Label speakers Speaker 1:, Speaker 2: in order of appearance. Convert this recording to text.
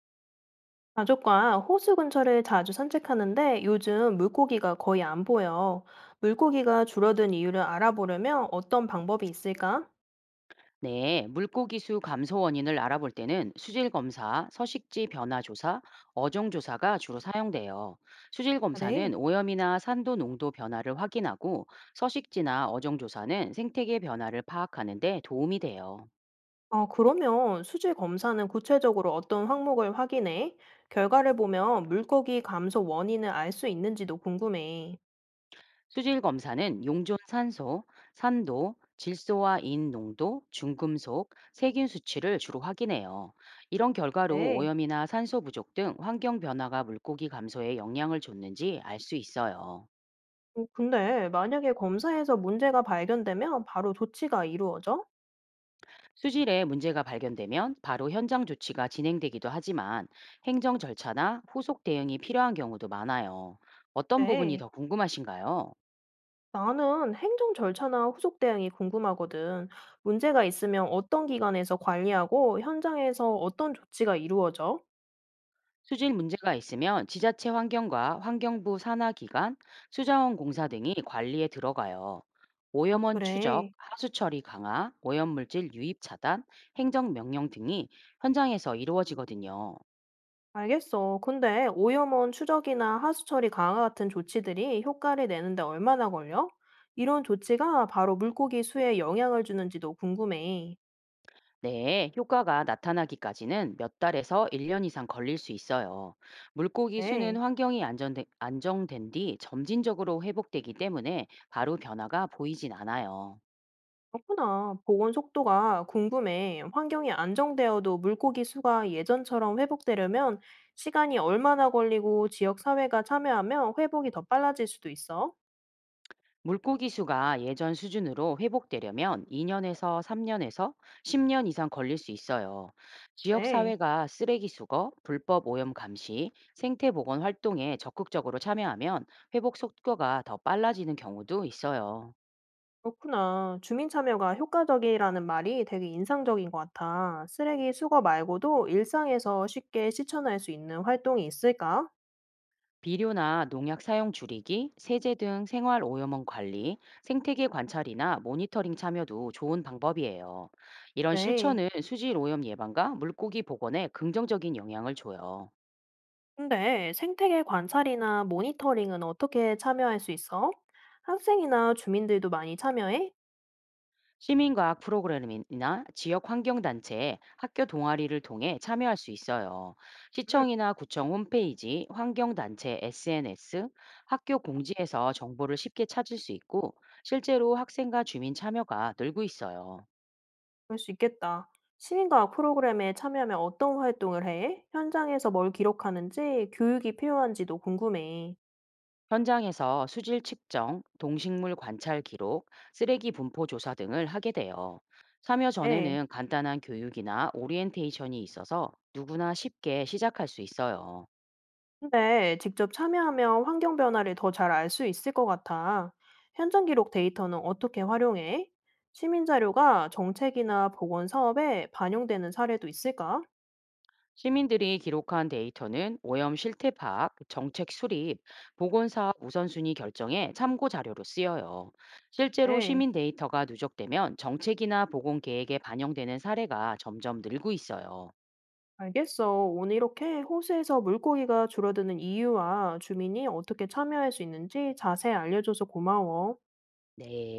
Speaker 1: 가족과 호수 근처를 자주 산책하는데 요즘 물고기가 거의 안 보여. 물고기가 줄어든 이유를 알아보려면 어떤 방법이 있을까?
Speaker 2: 네, 물고기 수 감소 원인을 알아볼 때는 수질 검사, 서식지 변화 조사, 어종 조사가 주로 사용돼요. 수질
Speaker 1: 그래.
Speaker 2: 검사는 오염이나 산도 농도 변화를 확인하고 서식지나 어종 조사는 생태계 변화를 파악하는 데 도움이 돼요.
Speaker 1: 아, 그러면 수질 검사는 구체적으로 어떤 항목을 확인해? 결과를 보면 물고기 감소 원인을 알 수 있는지도 궁금해.
Speaker 2: 수질 검사는 용존 산소, 산도, 질소와 인 농도, 중금속, 세균 수치를 주로 확인해요. 이런 결과로
Speaker 1: 네.
Speaker 2: 오염이나 산소 부족 등 환경 변화가 물고기 감소에 영향을 줬는지 알 수 있어요.
Speaker 1: 근데 만약에 검사에서 문제가 발견되면 바로 조치가 이루어져?
Speaker 2: 수질에 문제가 발견되면 바로 현장 조치가 진행되기도 하지만 행정 절차나 후속 대응이 필요한 경우도 많아요. 어떤 부분이
Speaker 1: 네.
Speaker 2: 더 궁금하신가요?
Speaker 1: 나는 행정 절차나 후속 대응이 궁금하거든. 문제가 있으면 어떤 기관에서 관리하고 현장에서 어떤 조치가 이루어져?
Speaker 2: 수질 문제가 있으면 지자체 환경과 환경부 산하기관, 수자원 공사 등이 관리에 들어가요.
Speaker 1: 아,
Speaker 2: 오염원 추적,
Speaker 1: 그래.
Speaker 2: 하수 처리 강화, 오염물질 유입 차단, 행정 명령 등이 현장에서 이루어지거든요.
Speaker 1: 알겠어. 근데 오염원 추적이나 하수 처리 강화 같은 조치들이 효과를 내는데 얼마나 걸려? 이런 조치가 바로 물고기 수에 영향을 주는지도 궁금해.
Speaker 2: 네, 효과가 나타나기까지는 몇 달에서 1년 이상 걸릴 수 있어요. 물고기 수는
Speaker 1: 네.
Speaker 2: 안정된 뒤 점진적으로 회복되기 때문에 바로 변화가 보이진 않아요.
Speaker 1: 그렇구나. 복원 속도가 궁금해. 환경이 안정되어도 물고기 수가 예전처럼 회복되려면 시간이 얼마나 걸리고 지역 사회가 참여하면 회복이 더 빨라질 수도 있어?
Speaker 2: 물고기 수가 예전 수준으로 회복되려면 2년에서 3년에서 10년 이상 걸릴 수 있어요. 지역
Speaker 1: 네.
Speaker 2: 사회가 쓰레기 수거, 불법 오염 감시, 생태 보건 활동에 적극적으로 참여하면 회복 속도가 더 빨라지는 경우도 있어요.
Speaker 1: 그렇구나. 주민 참여가 효과적이라는 말이 되게 인상적인 것 같아. 쓰레기 수거 말고도 일상에서 쉽게 실천할 수 있는 활동이 있을까?
Speaker 2: 비료나 농약 사용 줄이기, 세제 등 생활 오염원 관리, 생태계 관찰이나 모니터링 참여도 좋은 방법이에요. 이런
Speaker 1: 네.
Speaker 2: 실천은 수질 오염 예방과 물고기 복원에 긍정적인 영향을 줘요.
Speaker 1: 근데 생태계 관찰이나 모니터링은 어떻게 참여할 수 있어? 학생이나 주민들도 많이 참여해?
Speaker 2: 시민과학 프로그램이나 지역 환경단체, 학교 동아리를 통해 참여할 수 있어요.
Speaker 1: 음.
Speaker 2: 시청이나 구청 홈페이지, 환경단체 SNS, 학교 공지에서 정보를 쉽게 찾을 수 있고, 실제로 학생과 주민 참여가 늘고 있어요.
Speaker 1: 그럴 수 있겠다. 시민과학 프로그램에 참여하면 어떤 활동을 해? 현장에서 뭘 기록하는지, 교육이 필요한지도 궁금해.
Speaker 2: 현장에서 수질 측정, 동식물 관찰 기록, 쓰레기 분포 조사 등을 하게 돼요. 참여
Speaker 1: 네.
Speaker 2: 전에는 간단한 교육이나 오리엔테이션이 있어서 누구나 쉽게 시작할 수 있어요.
Speaker 1: 근데 직접 참여하면 환경 변화를 더 잘 알 수 있을 것 같아. 현장 기록 데이터는 어떻게 활용해? 시민 자료가 정책이나 보건 사업에 반영되는 사례도 있을까?
Speaker 2: 시민들이 기록한 데이터는 오염 실태 파악, 정책 수립, 보건사업 우선순위 결정에 참고 자료로 쓰여요. 실제로
Speaker 1: 네.
Speaker 2: 시민 데이터가 누적되면 정책이나 보건 계획에 반영되는 사례가 점점 늘고 있어요.
Speaker 1: 알겠어. 오늘 이렇게 호수에서 물고기가 줄어드는 이유와 주민이 어떻게 참여할 수 있는지 자세히 알려줘서 고마워.
Speaker 2: 네.